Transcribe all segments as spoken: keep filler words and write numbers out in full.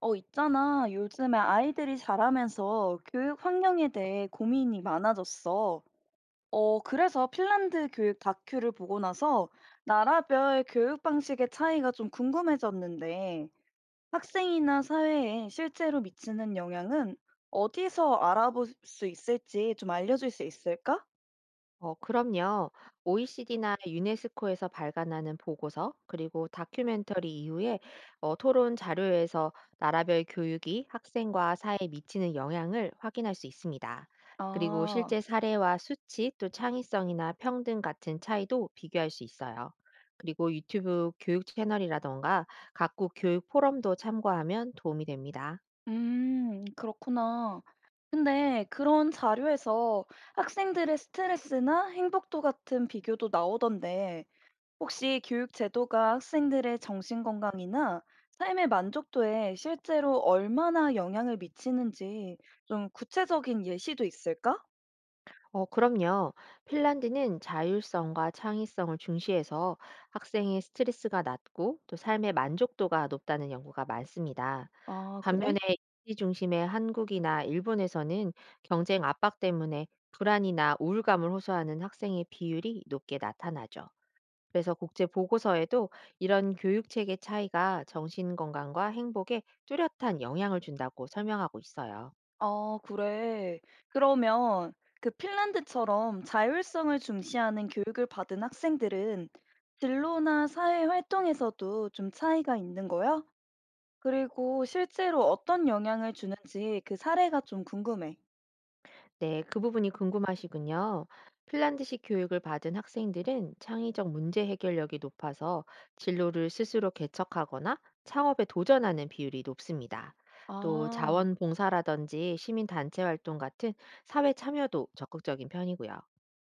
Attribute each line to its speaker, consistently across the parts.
Speaker 1: 어, 있잖아. 요즘에 아이들이 자라면서 교육 환경에 대해 고민이 많아졌어. 어, 그래서 핀란드 교육 다큐를 보고 나서 나라별 교육 방식의 차이가 좀 궁금해졌는데 학생이나 사회에 실제로 미치는 영향은 어디서 알아볼 수 있을지 좀 알려줄 수 있을까?
Speaker 2: 어, 그럼요. 오이씨디나 유네스코에서 발간하는 보고서, 그리고 다큐멘터리 이후에 어, 토론 자료에서 나라별 교육이 학생과 사회에 미치는 영향을 확인할 수 있습니다. 그리고
Speaker 1: 아,
Speaker 2: 실제 사례와 수치, 또 창의성이나 평등 같은 차이도 비교할 수 있어요. 그리고 유튜브 교육 채널이라던가 각국 교육 포럼도 참고하면 도움이 됩니다.
Speaker 1: 음, 그렇구나. 근데 그런 자료에서 학생들의 스트레스나 행복도 같은 비교도 나오던데 혹시 교육 제도가 학생들의 정신 건강이나 삶의 만족도에 실제로 얼마나 영향을 미치는지 좀 구체적인 예시도 있을까?
Speaker 2: 어, 그럼요. 핀란드는 자율성과 창의성을 중시해서 학생의 스트레스가 낮고 또 삶의 만족도가 높다는 연구가 많습니다.
Speaker 1: 아, 그래?
Speaker 2: 반면에 이시 중심의 한국이나 일본에서는 경쟁 압박 때문에 불안이나 우울감을 호소하는 학생의 비율이 높게 나타나죠. 그래서 국제 보고서에도 이런 교육 체계 차이가 정신 건강과 행복에 뚜렷한 영향을 준다고 설명하고 있어요.
Speaker 1: 아, 그래. 그러면 그 핀란드처럼 자율성을 중시하는 교육을 받은 학생들은 진로나 사회 활동에서도 좀 차이가 있는 거야? 그리고 실제로 어떤 영향을 주는지 그 사례가 좀 궁금해.
Speaker 2: 네, 그 부분이 궁금하시군요. 핀란드식 교육을 받은 학생들은 창의적 문제 해결력이 높아서 진로를 스스로 개척하거나 창업에 도전하는 비율이 높습니다. 또
Speaker 1: 아.
Speaker 2: 자원봉사라든지 시민단체 활동 같은 사회 참여도 적극적인 편이고요.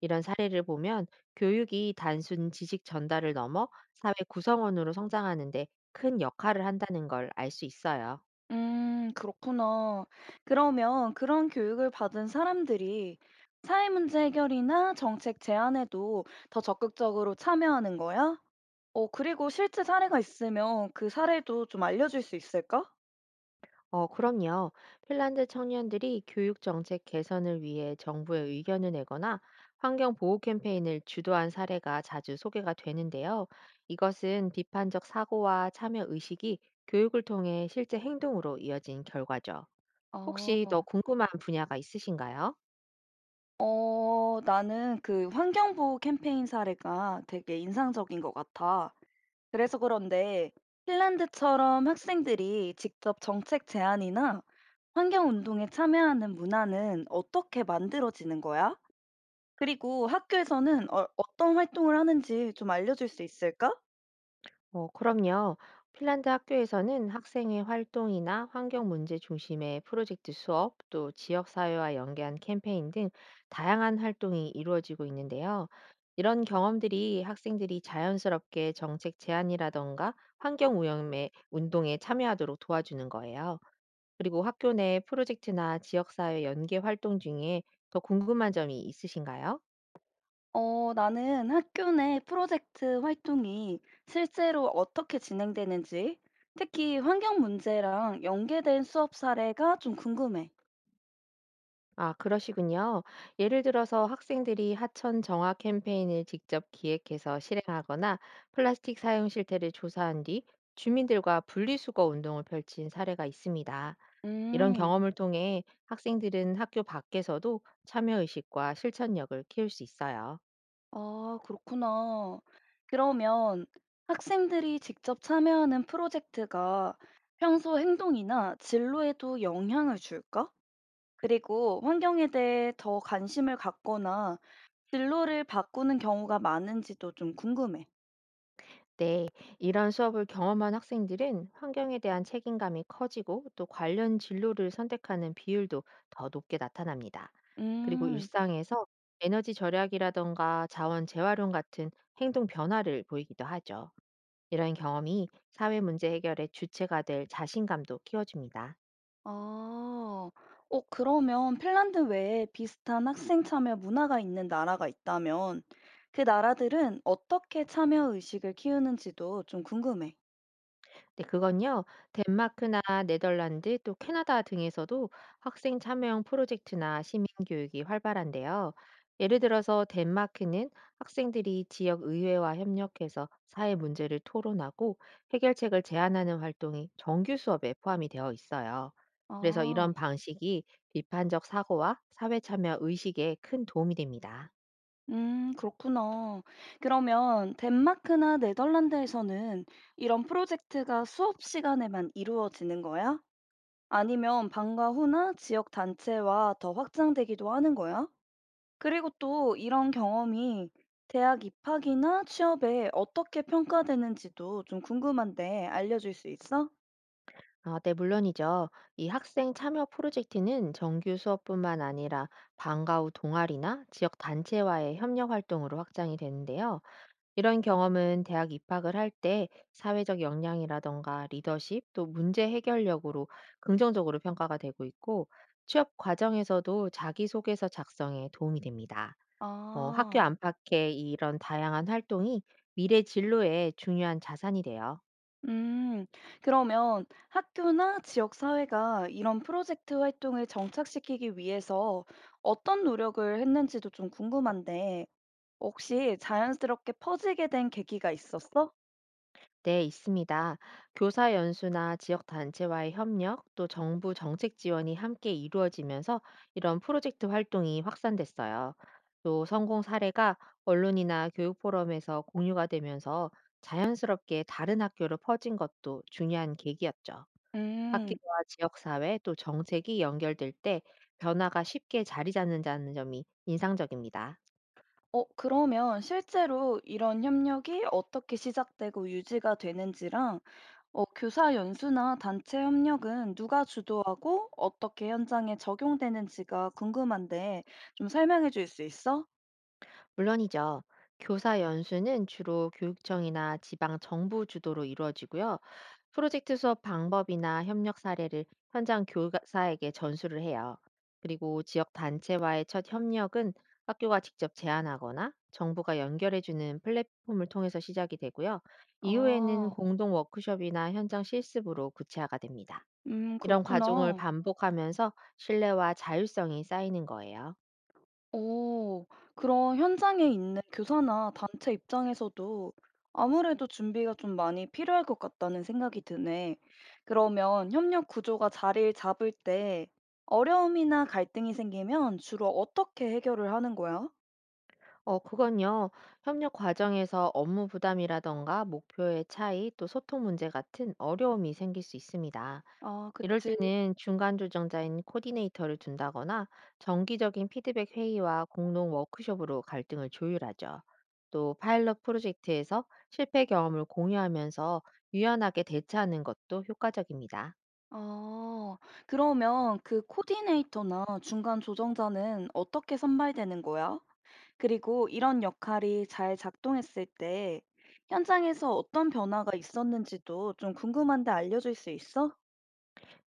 Speaker 2: 이런 사례를 보면 교육이 단순 지식 전달을 넘어 사회 구성원으로 성장하는 데 큰 역할을 한다는 걸 알 수 있어요.
Speaker 1: 음, 그렇구나. 그러면 그런 교육을 받은 사람들이 사회 문제 해결이나 정책 제안에도 더 적극적으로 참여하는 거야? 어, 그리고 실제 사례가 있으면 그 사례도 좀 알려줄 수 있을까?
Speaker 2: 어, 그럼요. 핀란드 청년들이 교육 정책 개선을 위해 정부에 의견을 내거나 환경 보호 캠페인을 주도한 사례가 자주 소개가 되는데요. 이것은 비판적 사고와 참여 의식이 교육을 통해 실제 행동으로 이어진 결과죠. 혹시 더
Speaker 1: 어,
Speaker 2: 궁금한 분야가 있으신가요?
Speaker 1: 어, 나는 그 환경보호 캠페인 사례가 되게 인상적인 것 같아. 그래서 그런데 핀란드처럼 학생들이 직접 정책 제안이나 환경 운동에 참여하는 문화는 어떻게 만들어지는 거야? 그리고 학교에서는 어, 어떤 활동을 하는지 좀 알려줄 수 있을까?
Speaker 2: 어, 그럼요. 핀란드 학교에서는 학생의 활동이나 환경 문제 중심의 프로젝트 수업, 또 지역 사회와 연계한 캠페인 등 다양한 활동이 이루어지고 있는데요. 이런 경험들이 학생들이 자연스럽게 정책 제안이라던가 환경 오염의 운동에 참여하도록 도와주는 거예요. 그리고 학교 내 프로젝트나 지역 사회 연계 활동 중에 더 궁금한 점이 있으신가요?
Speaker 1: 어, 나는 학교 내 프로젝트 활동이 실제로 어떻게 진행되는지, 특히 환경 문제랑 연계된 수업 사례가 좀 궁금해.
Speaker 2: 아, 그러시군요. 예를 들어서 학생들이 하천 정화 캠페인을 직접 기획해서 실행하거나 플라스틱 사용 실태를 조사한 뒤 주민들과 분리수거 운동을 펼친 사례가 있습니다. 이런
Speaker 1: 음.
Speaker 2: 경험을 통해 학생들은 학교 밖에서도 참여 의식과 실천력을 키울 수 있어요.
Speaker 1: 아, 그렇구나. 그러면 학생들이 직접 참여하는 프로젝트가 평소 행동이나 진로에도 영향을 줄까? 그리고 환경에 대해 더 관심을 갖거나 진로를 바꾸는 경우가 많은지도 좀 궁금해.
Speaker 2: 네, 이런 수업을 경험한 학생들은 환경에 대한 책임감이 커지고 또 관련 진로를 선택하는 비율도 더 높게 나타납니다. 그리고
Speaker 1: 음,
Speaker 2: 일상에서 에너지 절약이라던가 자원 재활용 같은 행동 변화를 보이기도 하죠. 이런 경험이 사회 문제 해결의 주체가 될 자신감도 키워줍니다.
Speaker 1: 아, 어, 그러면 핀란드 외에 비슷한 학생 참여 문화가 있는 나라가 있다면 그 나라들은 어떻게 참여 의식을 키우는지도 좀 궁금해.
Speaker 2: 네, 그건요. 덴마크나 네덜란드 또 캐나다 등에서도 학생 참여형 프로젝트나 시민 교육이 활발한데요. 예를 들어서 덴마크는 학생들이 지역 의회와 협력해서 사회 문제를 토론하고 해결책을 제안하는 활동이 정규 수업에 포함이 되어 있어요. 그래서
Speaker 1: 아.
Speaker 2: 이런 방식이 비판적 사고와 사회 참여 의식에 큰 도움이 됩니다.
Speaker 1: 음, 그렇구나. 그러면 덴마크나 네덜란드에서는 이런 프로젝트가 수업 시간에만 이루어지는 거야? 아니면 방과 후나 지역 단체와 더 확장되기도 하는 거야? 그리고 또 이런 경험이 대학 입학이나 취업에 어떻게 평가되는지도 좀 궁금한데 알려줄 수 있어?
Speaker 2: 아, 네, 물론이죠. 이 학생 참여 프로젝트는 정규 수업뿐만 아니라 방과 후 동아리나 지역 단체와의 협력 활동으로 확장이 되는데요. 이런 경험은 대학 입학을 할 때 사회적 역량이라던가 리더십 또 문제 해결력으로 긍정적으로 평가가 되고 있고 취업 과정에서도 자기소개서 작성에 도움이 됩니다. 어, 학교
Speaker 1: 아.
Speaker 2: 안팎의 이런 다양한 활동이 미래 진로에 중요한 자산이 돼요.
Speaker 1: 음, 그러면 학교나 지역사회가 이런 프로젝트 활동을 정착시키기 위해서 어떤 노력을 했는지도 좀 궁금한데, 혹시 자연스럽게 퍼지게 된 계기가 있었어?
Speaker 2: 네, 있습니다. 교사 연수나 지역 단체와의 협력, 또 정부 정책 지원이 함께 이루어지면서 이런 프로젝트 활동이 확산됐어요. 또 성공 사례가 언론이나 교육 포럼에서 공유가 되면서 자연스럽게 다른 학교로 퍼진 것도 중요한 계기였죠.
Speaker 1: 음,
Speaker 2: 학교와 지역 사회 또 정책이 연결될 때 변화가 쉽게 자리 잡는다는 점이 인상적입니다.
Speaker 1: 어, 그러면 실제로 이런 협력이 어떻게 시작되고 유지가 되는지랑, 어, 교사 연수나 단체 협력은 누가 주도하고 어떻게 현장에 적용되는지가 궁금한데, 좀 설명해 줄 수 있어?
Speaker 2: 물론이죠. 교사 연수는 주로 교육청이나 지방 정부 주도로 이루어지고요. 프로젝트 수업 방법이나 협력 사례를 현장 교사에게 전수를 해요. 그리고 지역 단체와의 첫 협력은 학교가 직접 제안하거나 정부가 연결해주는 플랫폼을 통해서 시작이 되고요. 이후에는
Speaker 1: 어.
Speaker 2: 공동 워크숍이나 현장 실습으로 구체화가 됩니다.
Speaker 1: 음,
Speaker 2: 이런 과정을
Speaker 1: 그렇구나.
Speaker 2: 반복하면서 신뢰와 자율성이 쌓이는 거예요.
Speaker 1: 오, 그런 현장에 있는 교사나 단체 입장에서도 아무래도 준비가 좀 많이 필요할 것 같다는 생각이 드네. 그러면 협력 구조가 자리를 잡을 때 어려움이나 갈등이 생기면 주로 어떻게 해결을 하는 거야?
Speaker 2: 어, 그건요. 협력 과정에서 업무 부담이라던가 목표의 차이, 또 소통 문제 같은 어려움이 생길 수 있습니다.
Speaker 1: 아,
Speaker 2: 이럴
Speaker 1: 그치.
Speaker 2: 때는 중간 조정자인 코디네이터를 둔다거나 정기적인 피드백 회의와 공동 워크숍으로 갈등을 조율하죠. 또 파일럿 프로젝트에서 실패 경험을 공유하면서 유연하게 대처하는 것도 효과적입니다.
Speaker 1: 아. 그러면 그 코디네이터나 중간 조정자는 어떻게 선발되는 거야? 그리고 이런 역할이 잘 작동했을 때 현장에서 어떤 변화가 있었는지도 좀 궁금한데 알려줄 수 있어?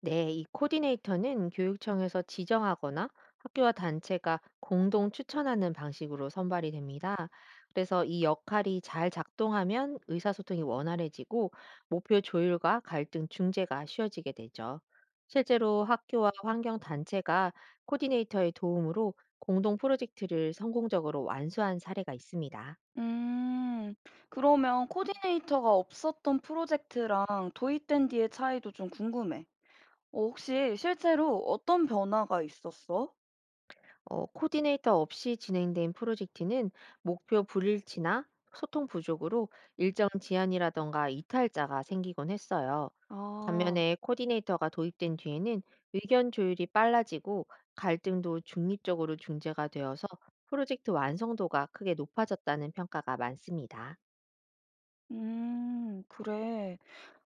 Speaker 2: 네, 이 코디네이터는 교육청에서 지정하거나 학교와 단체가 공동 추천하는 방식으로 선발이 됩니다. 그래서 이 역할이 잘 작동하면 의사소통이 원활해지고 목표 조율과 갈등 중재가 쉬워지게 되죠. 실제로 학교와 환경 단체가 코디네이터의 도움으로 공동 프로젝트를 성공적으로 완수한 사례가 있습니다.
Speaker 1: 음, 그러면 코디네이터가 없었던 프로젝트랑 도입된 뒤의 차이도 좀 궁금해. 어, 혹시 실제로 어떤 변화가 있었어?
Speaker 2: 어, 코디네이터 없이 진행된 프로젝트는 목표 불일치나 소통 부족으로 일정 지연이라던가 이탈자가 생기곤 했어요.
Speaker 1: 아.
Speaker 2: 반면에 코디네이터가 도입된 뒤에는 의견 조율이 빨라지고 갈등도 중립적으로 중재가 되어서 프로젝트 완성도가 크게 높아졌다는 평가가 많습니다.
Speaker 1: 음, 그래.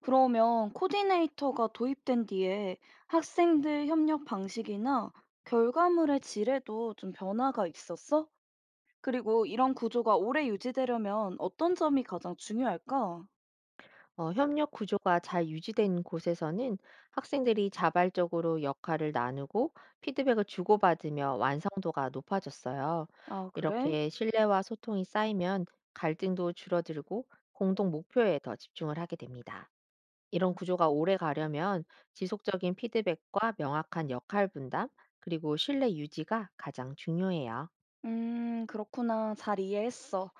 Speaker 1: 그러면 코디네이터가 도입된 뒤에 학생들 협력 방식이나 결과물의 질에도 좀 변화가 있었어? 그리고 이런 구조가 오래 유지되려면 어떤 점이 가장 중요할까?
Speaker 2: 어, 협력 구조가 잘 유지된 곳에서는 학생들이 자발적으로 역할을 나누고 피드백을 주고받으며 완성도가 높아졌어요.
Speaker 1: 아, 그래?
Speaker 2: 이렇게 신뢰와 소통이 쌓이면 갈등도 줄어들고 공동 목표에 더 집중을 하게 됩니다. 이런 구조가 오래 가려면 지속적인 피드백과 명확한 역할 분담, 그리고 신뢰 유지가 가장 중요해요.
Speaker 1: 음, 그렇구나. 잘 이해했어.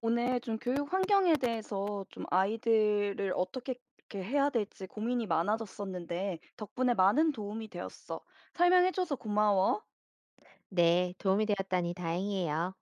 Speaker 1: 오늘 좀 교육 환경에 대해서 좀 아이들을 어떻게 이렇게 해야 될지 고민이 많아졌었는데 덕분에 많은 도움이 되었어. 설명해줘서 고마워.
Speaker 2: 네, 도움이 되었다니 다행이에요.